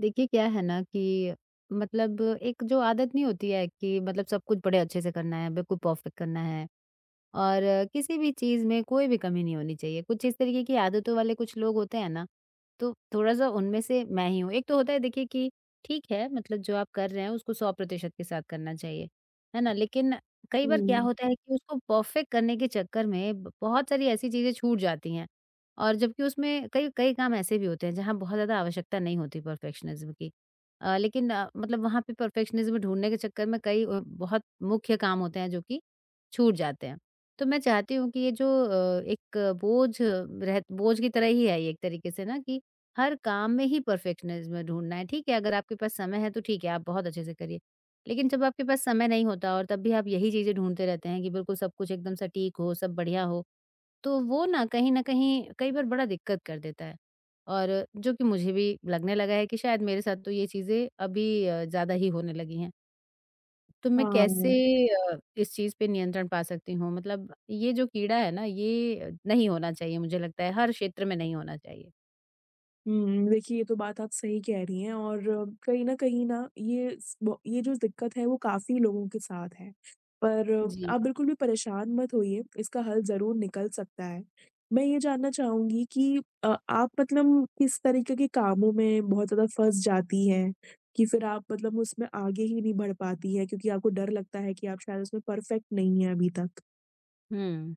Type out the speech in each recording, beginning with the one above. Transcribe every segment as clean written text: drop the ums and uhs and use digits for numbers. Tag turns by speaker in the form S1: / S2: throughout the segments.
S1: देखिए क्या है ना कि मतलब एक जो आदत नहीं होती है कि मतलब सब कुछ बड़े अच्छे से करना है, बिल्कुल परफेक्ट करना है और किसी भी चीज़ में कोई भी कमी नहीं होनी चाहिए। कुछ इस तरीके की आदतों वाले कुछ लोग होते हैं ना, तो थोड़ा-सा उनमें से मैं ही हूँ। एक तो होता है देखिए कि ठीक है, मतलब जो आप कर रहे हैं उसको 100% के साथ करना चाहिए, है ना? लेकिन कई बार क्या
S2: हुँ,
S1: होता है कि उसको परफ़ेक्ट करने के चक्कर में ब बहुत सारी ऐसी चीज़ें छूट जाती हैं और जबकि उसमें कई कई काम ऐसे भी होते हैं जहाँ बहुत ज़्यादा आवश्यकता नहीं होती परफ़ेक्शनिज़्म की। लेकिन मतलब वहाँ पे परफ़ेक्शनिज़्म ढूँढने के चक्कर में कई बहुत मुख्य काम होते हैं जो कि छूट जाते हैं। तो मैं चाहती हूँ कि ये जो एक बोझ की तरह ही है ये, एक तरीके से ना कि हर काम में ही परफेक्शनिज्म ढूंढना है। ठीक है, अगर आपके पास समय है तो ठीक है, आप बहुत अच्छे से करिए। लेकिन जब आपके पास समय नहीं होता और तब भी आप यही चीज़ें ढूँढते रहते हैं कि बिल्कुल सब कुछ एकदम सटीक हो, सब बढ़िया हो, तो वो ना कहीं न कहीं कई बार बड़ा दिक्कत कर देता है। और जो कि मुझे भी लगने लगा है कि शायद मेरे साथ तो ये चीज़ें अभी ज़्यादा ही होने लगी हैं। तो मैं कैसे
S2: हाँ।
S1: इस चीज़ पे नियंत्रण पा सकती हूँ? मतलब ये जो कीड़ा है ना, ये नहीं होना चाहिए मुझे लगता है, हर क्षेत्र में नहीं होना चाहिए।
S2: देखिए ये तो बात आप सही कह रही हैं और कहीं न कहीं ना ये स ब ये जो दिक्कत है वो काफ़ी लोगों के साथ है। पर
S1: जी,
S2: आप बिल्कुल भी परेशान मत होइए, इसका हल ज़रूर निकल सकता है। मैं ये जानना चाहूँगी कि आप मतलब किस तरीके के कामों में बहुत ज़्यादा फँस जाती हैं कि फिर आप मतलब उसमें आगे ही नहीं बढ़ पाती हैं क्योंकि आपको डर लगता है कि आप शायद उसमें परफेक्ट नहीं हैं अभी तक?
S1: हुँ।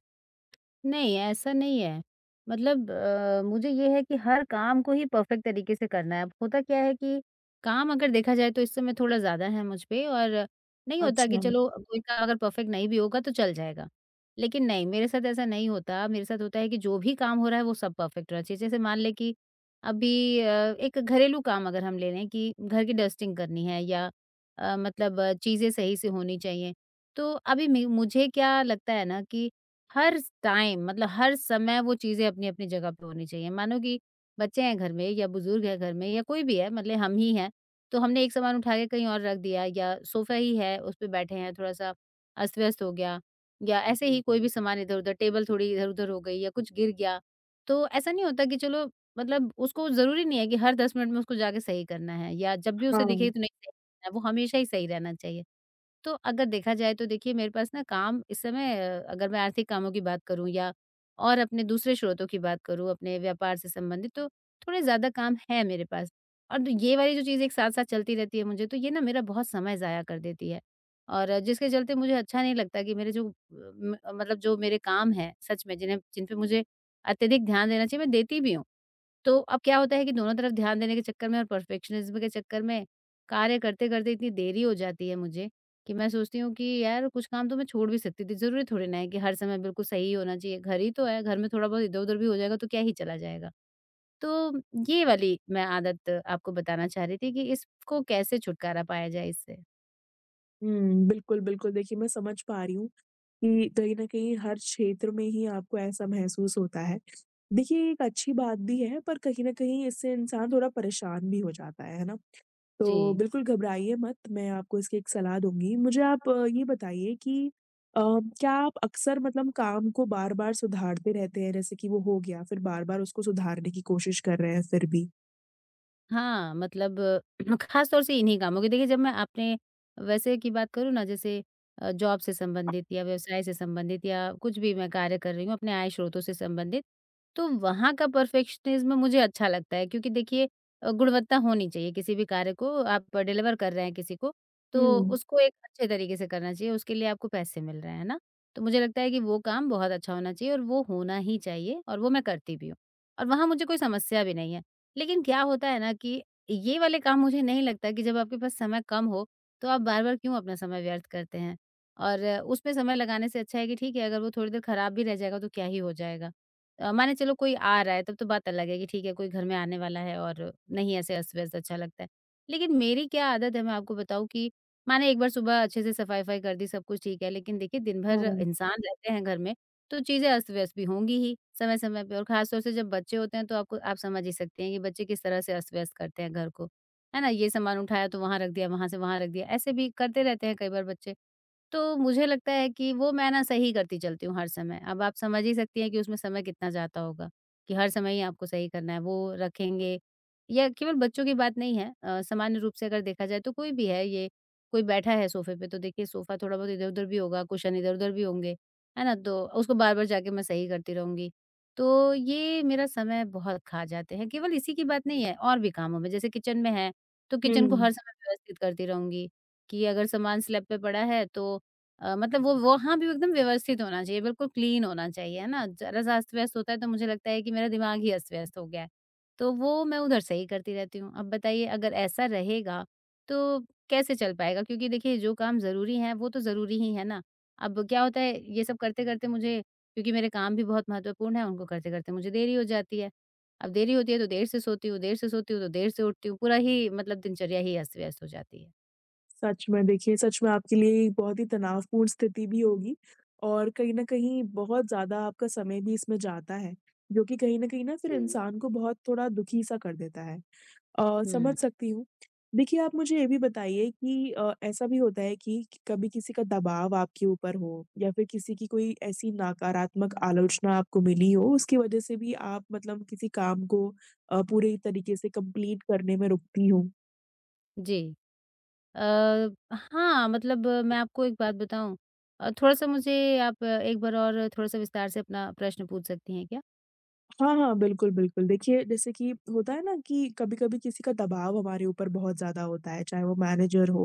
S1: नहीं, ऐसा नहीं है। मतलब मुझे ये है कि हर काम को ही परफ़ेक्ट तरीके से करना है। अब होता क्या है कि काम अगर देखा जाए तो इस समय थोड़ा ज़्यादा है मुझ पे और नहीं होता कि
S2: अच्छा,
S1: चलो कोई काम अगर परफ़ेक्ट नहीं भी होगा तो चल जाएगा। लेकिन नहीं, मेरे साथ ऐसा नहीं होता। मेरे साथ होता है कि जो भी काम हो रहा है वो सब परफ़ेक्ट होना चाहिए। जैसे मान लें कि अभी एक घरेलू काम अगर हम ले लें कि घर की डस्टिंग करनी है या मतलब चीज़ें सही से होनी चाहिए। तो अभी मे मुझे क्या लगता है ना कि हर स टाइम मतलब हर समय वो चीज़ें अपनी-अपनी जगह पे होनी चाहिए। मानो कि बच्चे हैं घर में या बुज़ुर्ग है घर में या कोई भी है, मतलब हम ही हैं, तो हमने एक सामान उठा के कहीं और रख दिया या सोफ़ा ही है, उस पे बैठे हैं, थोड़ा-सा अस्त-व्यस्त हो गया या ऐसे ही कोई भी सामान इधर-उधर, टेबल थोड़ी इधर-उधर हो गई या कुछ गिर गया, तो ऐसा नहीं होता कि चलो, मतलब उसको ज़रूरी नहीं है कि हर 10 मिनट में उसको जाके सही करना है या जब भी उसे दिखे
S2: हाँ।
S1: तो नहीं, सही करना है, वो हमेशा ही सही रहना चाहिए। तो अगर देखा जाए तो देखिए मेरे पास ना काम इस समय अगर मैं आर्थिक कामों की बात करूँ या और अपने दूसरे स्रोतों की बात करूँ अपने व्यापार से संबंधित, तो थोड़े ज़्यादा काम है मेरे पास। और तो ये वाली जो चीज़ एक साथ-साथ चलती रहती है मुझे, तो ये ना मेरा बहुत समय ज़ाया कर देती है। और जिसके चलते मुझे अच्छा नहीं लगता कि मेरे जो अ, म मतलब जो मेरे काम हैं सच में जिन पे मुझे अत्यधिक ध्यान देना चाहिए, मैं देती भी हूँ। तो अब क्या होता है कि दोनों तरफ ध्यान देने के चक्कर में और परफेक्शनिज्म के चक्कर में कार्य करते-करते इतनी देरी हो जाती है मुझे कि मैं सोचती हूँ कि यार कुछ काम तो मैं छोड़ भी सकती थी। ज़रूरी थोड़ी ना है कि हर समय बिल्कुल सही ही होना चाहिए। घर ही तो है, घर में थोड़ा-बहुत इधर-उधर भी हो जाएगा तो क्या ही चला जाएगा। तो ये वाली मैं आदत आपको बताना चाह रही थी कि इसको कैसे छुटकारा पाया जाए इससे?
S2: बिल्कुल, बिल्कुल देखिए मैं समझ पा रही हूँ कि कहीं न कहीं हर क्षेत्र में ही आपको ऐसा महसूस होता है। देखिए ये एक अच्छी बात भी है पर कहीं न कहीं इससे इंसान थोड़ा परेशान भी हो जाता है ना? तो
S1: जी।
S2: बिल्कुल घबराइए मत, मैं आपको इसकी एक सलाह दूँगी। मुझे आप ये बताइए कि अ, क्या आप अक्सर मतलब काम को बार-बार सुधारते रहते हैं? जैसे कि वो हो गया फिर बार-बार उसको सुधारने की कोशिश कर रहे हैं फिर भी?
S1: हाँ, मतलब ख़ास तौर से इन्हीं कामों की, देखिए जब मैं अपने वैसे की बात करूँ ना, जैसे जॉब से संबंधित या व्यवसाय से संबंधित या कुछ भी मैं कार्य कर रही हूँ अपने आय स्रोतों से संबंधित, तो वहाँ का परफेक्शनिज़्म मुझे अच्छा लगता है, क्योंकि देखिए गुणवत्ता होनी चाहिए, किसी भी कार्य को आप डिलीवर कर रहे हैं किसी को, तो
S2: हुँ,
S1: उसको एक अच्छे तरीके से करना चाहिए, उसके लिए आपको पैसे मिल रहे हैं, है ना? तो मुझे लगता है कि वो काम बहुत अच्छा होना चाहिए और वो होना ही चाहिए और वो मैं करती भी हूँ। और वहाँ मुझे कोई समस्या भी नहीं है। लेकिन क्या होता है ना कि ये वाले काम मुझे नहीं लगता कि जब आपके पास समय कम हो, तो आप बार-बार क्यों अपना समय व्यर्थ करते हैं? और उसमें समय लगाने से अच्छा है कि ठीक है, अगर वो थोड़ी देर खराब भी रह जाएगा तो क्या ही हो जाएगा। माने चलो कोई आ रहा है तब तो बात अलग है कि ठीक है, कोई घर में आने वाला है और नहीं ऐसे अस्त-व्यस्त अच्छा लगता है। लेकिन मेरी क्या आदत है मैं आपको बताऊँ कि माने एक बार सुबह अच्छे से सफाई-वफाई कर दी, सब कुछ ठीक है, लेकिन देखिए दिन भर
S2: हाँ,
S1: इंसान रहते हैं घर में, तो चीज़ें अस्त-व्यस्त भी होंगी ही, समय-समय पे, और ख़ास तौर से जब बच्चे होते हैं तो आपको, आप समझ ही सकते हैं कि बच्चे किस तरह से अस्त-व्यस्त करते हैं घर को। है ना? ये सामान उठाया तो वहाँ रख दिया, वहाँ से वहाँ रख दिया, ऐसे भी करते रहते हैं कई बार बच्चे। तो मुझे लगता है कि वो मैं ना सही करती चलती हूँ हर समय। अब आप समझ ही सकती हैं कि उसमें समय कितना जाता होगा, कि हर समय ही आपको सही करना है। वो रखेंगे या केवल बच्चों की बात नहीं है, सामान्य रूप से अगर देखा जाए तो कोई भी है ये, कोई बैठा है सोफ़े पे तो देखिए सोफ़ा थोड़ा बहुत इधर-उधर भी होगा, कुशन इधर-उधर भी होंगे, है ना? तो उसको बार-बार जाके मैं सही करती रहूँगी। तो ये मेरा समय बहुत खा जाते हैं, केवल इसी की बात नहीं है, और भी कामों में। जैसे किचन में है, तो किचन को
S2: हुँ।
S1: हर समय व्यवस्थित करती रहूँगी, कि अगर सामान स्लैब पे पड़ा है तो मतलब वो वहाँ भी एकदम व्यवस्थित होना चाहिए, बिल्कुल क्लीन होना चाहिए, है ना? ज़रा सा अस्त-व्यस्त होता है तो मुझे लगता है कि मेरा दिमाग ही अस्त-व्यस्त हो गया है। तो वो मैं उधर से ही करती रहती हूँ। अब बताइए अगर ऐसा रहेगा तो कैसे चल पाएगा? क्योंकि देखिए जो काम ज़रूरी हैं वो तो ज़रूरी ही है ना। अब क्या होता है ये सब करते-करते मुझे, क्योंकि मेरे काम भी बहुत महत्वपूर्ण हैं, उनको करते-करते मुझे देरी हो जाती है। अब देरी होती है तो देर से सोती हूँ, देर से सोती हूँ तो देर से उठती हूँ। पूरा ही मतलब दिनचर्या ही अस्त-व्यस्त हो जाती है।
S2: सच में देखिए, सच में आपके लिए एक बहुत ही तनावपूर्ण स्थिति भी होगी और कहीं न कहीं बहुत ज़्यादा आपका समय भी इसमें जाता है, जो कि कहीं न कहीं ना फिर
S1: जी।
S2: इंसान को बहुत थोड़ा दुखी-सा कर देता है। समझ
S1: हुँ,
S2: सकती हूँ। देखिए, आप मुझे ये भी बताइए कि ऐसा भी होता है कि कभी किसी का दबाव आपके ऊपर हो या फिर किसी की कोई ऐसी नकारात्मक आलोचना आपको मिली हो, उसकी वज़ह से भी आप मतलब किसी काम को पूरे तरीके से कंप्लीट करने में रुकती हो?
S1: जी। हाँ, मतलब मैं आपको एक बात बताऊँ? थोड़ा-सा मुझे आप एक बार और थोड़ा-सा विस्तार से अपना प्रश्न पूछ सकती हैं क्या?
S2: हाँ, हाँ, बिल्कुल, बिल्कुल। देखिए, जैसे कि होता है ना कि कभी-कभी किसी का दबाव हमारे ऊपर बहुत ज़्यादा होता है, चाहे वो मैनेजर हो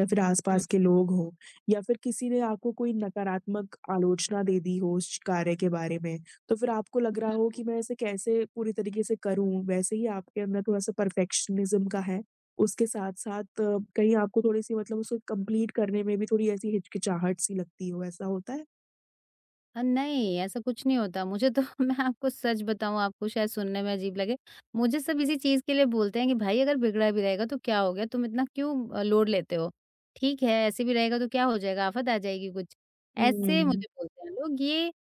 S2: या फिर
S1: हुँ।
S2: आस-पास के लोग हों या फिर किसी ने आपको कोई नकारात्मक आलोचना दे दी हो उस कार्य के बारे में, तो फिर आपको लग रहा हो कि मैं इसे कैसे पूरी तरीके से करूँ? वैसे ही आपके अंदर थोड़ा-सा परफेक्शनिज़्म का है, उसके साथ-साथ कहीं आपको थोड़ी-सी मतलब उसको कंप्लीट करने में भी थोड़ी ऐसी हिचकिचाहट सी लगती हो, ऐसा होता है?
S1: नहीं, ऐसा कुछ नहीं होता। मुझे तो मैं आपको सच बताऊँ, आपको शायद सुनने में अजीब लगे, मुझे सब इसी चीज़ के लिए बोलते हैं कि भाई अगर बिगड़ा भी रहेगा तो क्या हो गया? तुम इतना क्यों लोड लेते हो? ठीक है, ऐसे भी रहेगा तो क्या हो जाएगा? आफ़त आ जाएगी कुछ। ऐसे
S2: हुँ।
S1: मुझे बोलते हैं लोग। ये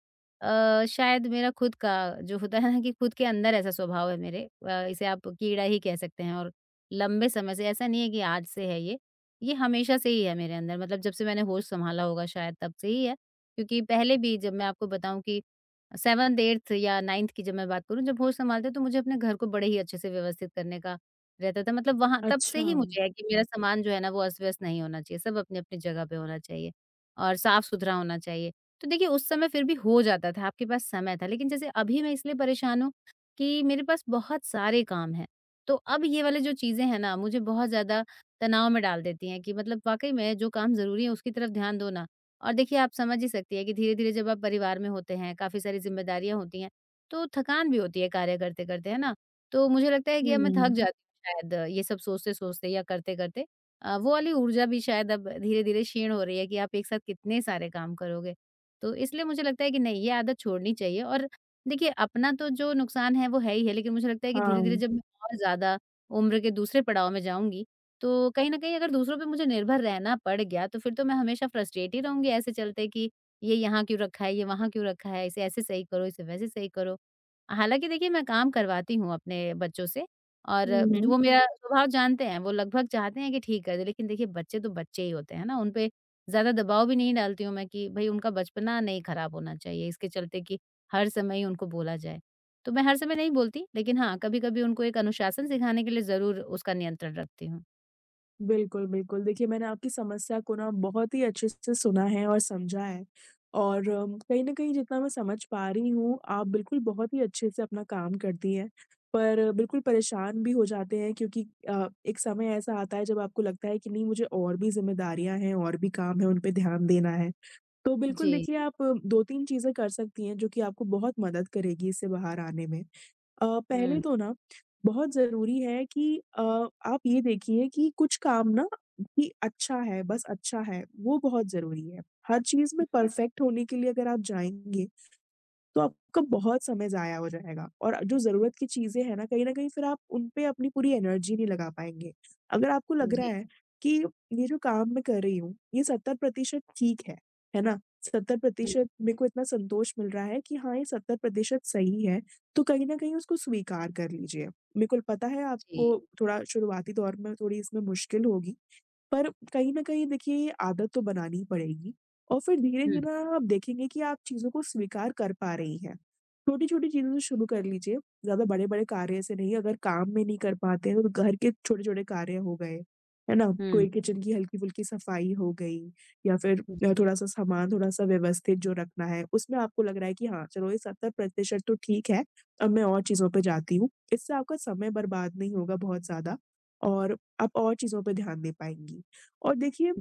S1: शायद मेरा खुद का जो होता है ना कि खुद के अंदर ऐसा स्वभाव है मेरे, इसे आप कीड़ा ही कह सकते हैं और लंबे समय से, ऐसा नहीं है कि आज से है ये हमेशा से ही है मेरे अंदर, मतलब जब से मैंने होश सँभाला होगा शायद तब से ही है। क्योंकि पहले भी जब मैं आपको बताऊँ कि 7th, 8th या 9th की जब मैं बात करूँ, जब होश सँभालते तो मुझे अपने घर को बड़े ही अच्छे से व्यवस्थित करने का रहता था। मतलब वहाँ तब से
S2: अच्छा।
S1: ही मुझे है कि मेरा सामान जो है ना वो अस्त-व्यस्त नहीं होना चाहिए, सब अपनी-अपनी जगह पे होना चाहिए और साफ-सुथरा होना चाहिए। तो देखिए उस समय फिर भी हो जाता था, आपके पास समय था। लेकिन जैसे अभी मैं इसलिए परेशान हूँ कि मेरे पास बहुत सारे काम हैं। तो अब ये वाले जो चीज़ें हैं ना मुझे बहुत ज़्यादा तनाव में डाल देती हैं कि मतलब वाक़ई में जो काम ज़रूरी है उसकी तरफ ध्यान दो ना, और देखिए आप समझ ही सकती हैं कि धीरे-धीरे जब आप परिवार में होते हैं, काफ़ी सारी ज़िम्मेदारियाँ होती हैं, तो थकान भी होती है कार्य करते-करते, है ना? तो मुझे लगता है कि अब मैं थक
S2: हुँ,
S1: जाती हूँ शायद, ये सब सोचते-सोचते या करते-करते। वो वाली ऊर्जा भी शायद अब धीरे-धीरे क्षीण हो रही है कि आप एक साथ कितने सारे काम करोगे। तो इसलिए मुझे लगता है कि नहीं, ये आदत छोड़नी चाहिए और देखिए अपना तो जो नुकसान है वो है ही है, लेकिन मुझे लगता है कि धीरे-धीरे
S2: हाँ।
S1: जब मैं और ज़्यादा उम्र के दूसरे पड़ाव में जाऊँगी, तो कहीं न कहीं अगर दूसरों पे मुझे निर्भर रहना पड़ गया, तो फिर तो मैं हमेशा फ्रस्ट्रेट ही रहूँगी ऐसे चलते कि ये यहाँ क्यों रखा है, ये वहाँ क्यों रखा है, इसे ऐसे सही करो, इसे वैसे सही करो। हालाँकि देखिए मैं काम करवाती हूँ अपने बच्चों से और
S2: हुँ, हुँ।
S1: वो मेरा हुँ। स्वभाव जानते हैं, वो लगभग चाहते हैं कि ठीक कर दें, लेकिन देखिए बच्चे तो बच्चे ही होते हैं ना, उन पे ज़्यादा दबाव भी नहीं डालती हूँ मैं कि भई उनका बचपना नहीं ख़राब होना चाहिए, इसके चलते कि हर समय ही उनको बोला जाए। तो मैं हर समय नहीं बोलती, लेकिन हाँ, कभी-कभी उनको एक अनुशासन सिखाने के लिए ज़रूर उसका नियंत्रण रखती हूँ।
S2: बिल्कुल, बिल्कुल। देखिए, मैंने आपकी समस्या को ना बहुत ही अच्छे से सुना है और समझा है और कहीं न कहीं जितना मैं समझ पा रही हूँ, आप बिल्कुल बहुत ही अच्छे से अपना काम करती हैं, पर बिल्कुल परेशान भी हो जाते हैं क्योंकि एक समय ऐसा आता है जब आपको लगता है कि नहीं मुझे और भी ज़िम्मेदारियाँ हैं और भी काम है, उन पे ध्यान देना है। तो बिल्कुल
S1: जी।
S2: देखिए आप 2-3 चीज़ें कर सकती हैं जो कि आपको बहुत मदद करेगी इससे बाहर आने में। पहले
S1: हुँ,
S2: तो ना बहुत ज़रूरी है कि आप ये देखिए कि कुछ काम ना कि अच्छा है, बस अच्छा है, वो बहुत ज़रूरी है। हर चीज़ में
S1: हुँ।
S2: परफेक्ट होने के लिए अगर आप जाएँगे तो आपका बहुत समय ज़ाया हो जाएगा और जो ज़रूरत की चीज़ें हैं ना, कहीं न कहीं फिर आप उन पे अपनी पूरी एनर्जी नहीं लगा पाएँगे। अगर आपको लग रहा
S1: जी,
S2: है कि ये जो काम मैं कर रही हूँ, ये 70% ठीक है ना?
S1: हुँ,
S2: 70% मेरे को इतना संतोष मिल रहा है कि हाँ, ये 70% सही है, तो कहीं न कहीं उसको स्वीकार कर लीजिए। मेरे को पता है
S1: जी,
S2: आपको थोड़ा शुरुआती दौर में थोड़ी इसमें मुश्किल होगी, पर कहीं न कहीं देखिए ये आदत तो बनानी ही पड़ेगी और फिर धीरे-धीरे
S1: हुँ,
S2: ना आप देखेंगे कि आप चीज़ों को स्वीकार कर पा रही हैं। छोटी-छोटी चीज़ों से शुरू कर लीजिए, ज़्यादा बड़े-बड़े कार्य से नहीं, अगर काम में नहीं कर पाते हैं तो घर के छोटे-छोटे कार्य हो गए, है ना?
S1: हुँ,
S2: कोई किचन की हल्की-फुल्की सफाई हो गई या फिर थोड़ा-सा सामान थोड़ा-सा व्यवस्थित जो रखना है, उसमें आपको लग रहा है कि हाँ, चलो ये 70% तो ठीक है, अब मैं और चीज़ों पे जाती हूँ। इससे आपका समय बर्बाद नहीं होगा बहुत ज़्यादा और आप और चीज़ों पे ध्यान दे पाएँगी। और देखिए,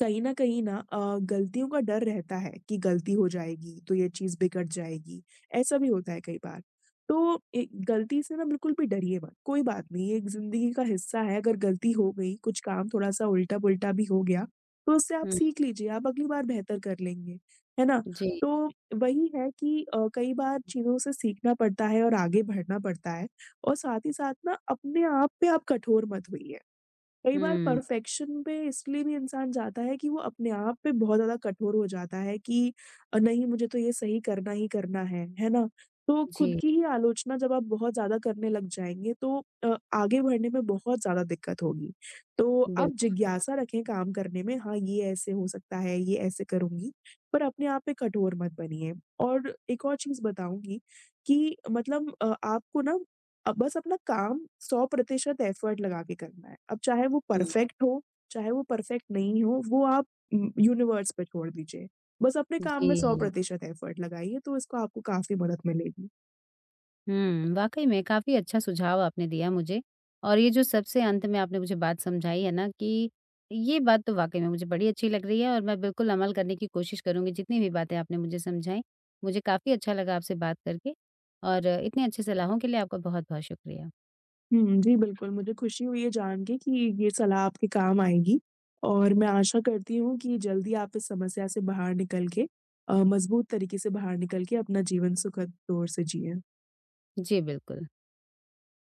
S2: कहीं न कहीं ना गलतियों का डर रहता है कि गलती हो जाएगी, तो ये चीज़ बिगड़ जाएगी, ऐसा भी होता है कई बार। तो ए गलती से ना बिल्कुल भी डरिए मत, कोई बात नहीं, ये एक ज़िंदगी का हिस्सा है, अगर गलती हो गई, कुछ काम थोड़ा-सा उल्टा-पुल्टा भी हो गया, तो उससे आप
S1: हुँ,
S2: सीख लीजिए, आप अगली बार बेहतर कर लेंगे, है ना?
S1: जी,
S2: तो वही है कि कई बार चीज़ों से सीखना पड़ता है और आगे बढ़ना पड़ता है और साथ ही साथ ना अपने आप पे आप कठोर मत होइए। कई बार
S1: हुँ,
S2: परफेक्शन पे इसलिए भी इंसान जाता है कि वो अपने आप पे बहुत ज़्यादा कठोर हो जाता है कि नहीं मुझे तो ये सही करना ही करना है ना? तो खुद
S1: जी,
S2: की ही आलोचना जब आप बहुत ज़्यादा करने लग जाएँगे तो आगे बढ़ने में बहुत ज़्यादा दिक्कत होगी। तो आप
S1: बिल्कुल,
S2: जिज्ञासा रखें काम करने में, हाँ, ये ऐसे हो सकता है, ये ऐसे करूँगी, पर अपने आप पे कठोर मत बनिए। और एक और चीज़ बताऊँगी कि मतलब आपको ना अब बस अपना काम 100% एफर्ट लगा के करना है। अब चाहे वो
S1: हम्म,
S2: परफेक्ट हो, चाहे वो परफेक्ट नहीं हो, वो आप यूनिवर्स पे छोड़ दीजिए। बस अपने काम में
S1: जी।
S2: 100% एफर्ट लगाइए, तो इसको आपको काफ़ी मदद मिलेगी।
S1: हुँ, वाक़ई में काफ़ी अच्छा सुझाव आपने दिया मुझे और ये जो सबसे अंत में आपने मुझे बात समझाई है ना, कि ये बात तो वाक़ई में मुझे बड़ी अच्छी लग रही है और मैं बिल्कुल अमल करने की कोशिश करूँगी, जितनी भी बातें आपने मुझे समझाई। मुझे काफ़ी अच्छा लगा आपसे बात करके और इतने अच्छे सलाहों के लिए आपका बहुत-बहुत शुक्रिया।
S2: जी बिल्कुल, मुझे खुशी हुई है जान के कि ये सलाह आपके काम आएगी और मैं आशा करती हूँ कि जल्दी आप इस समस्या से बाहर निकल के मज़बूत तरीके से बाहर निकल के अपना जीवन सुखद तौर से जिएँ।
S1: जी, बिल्कुल।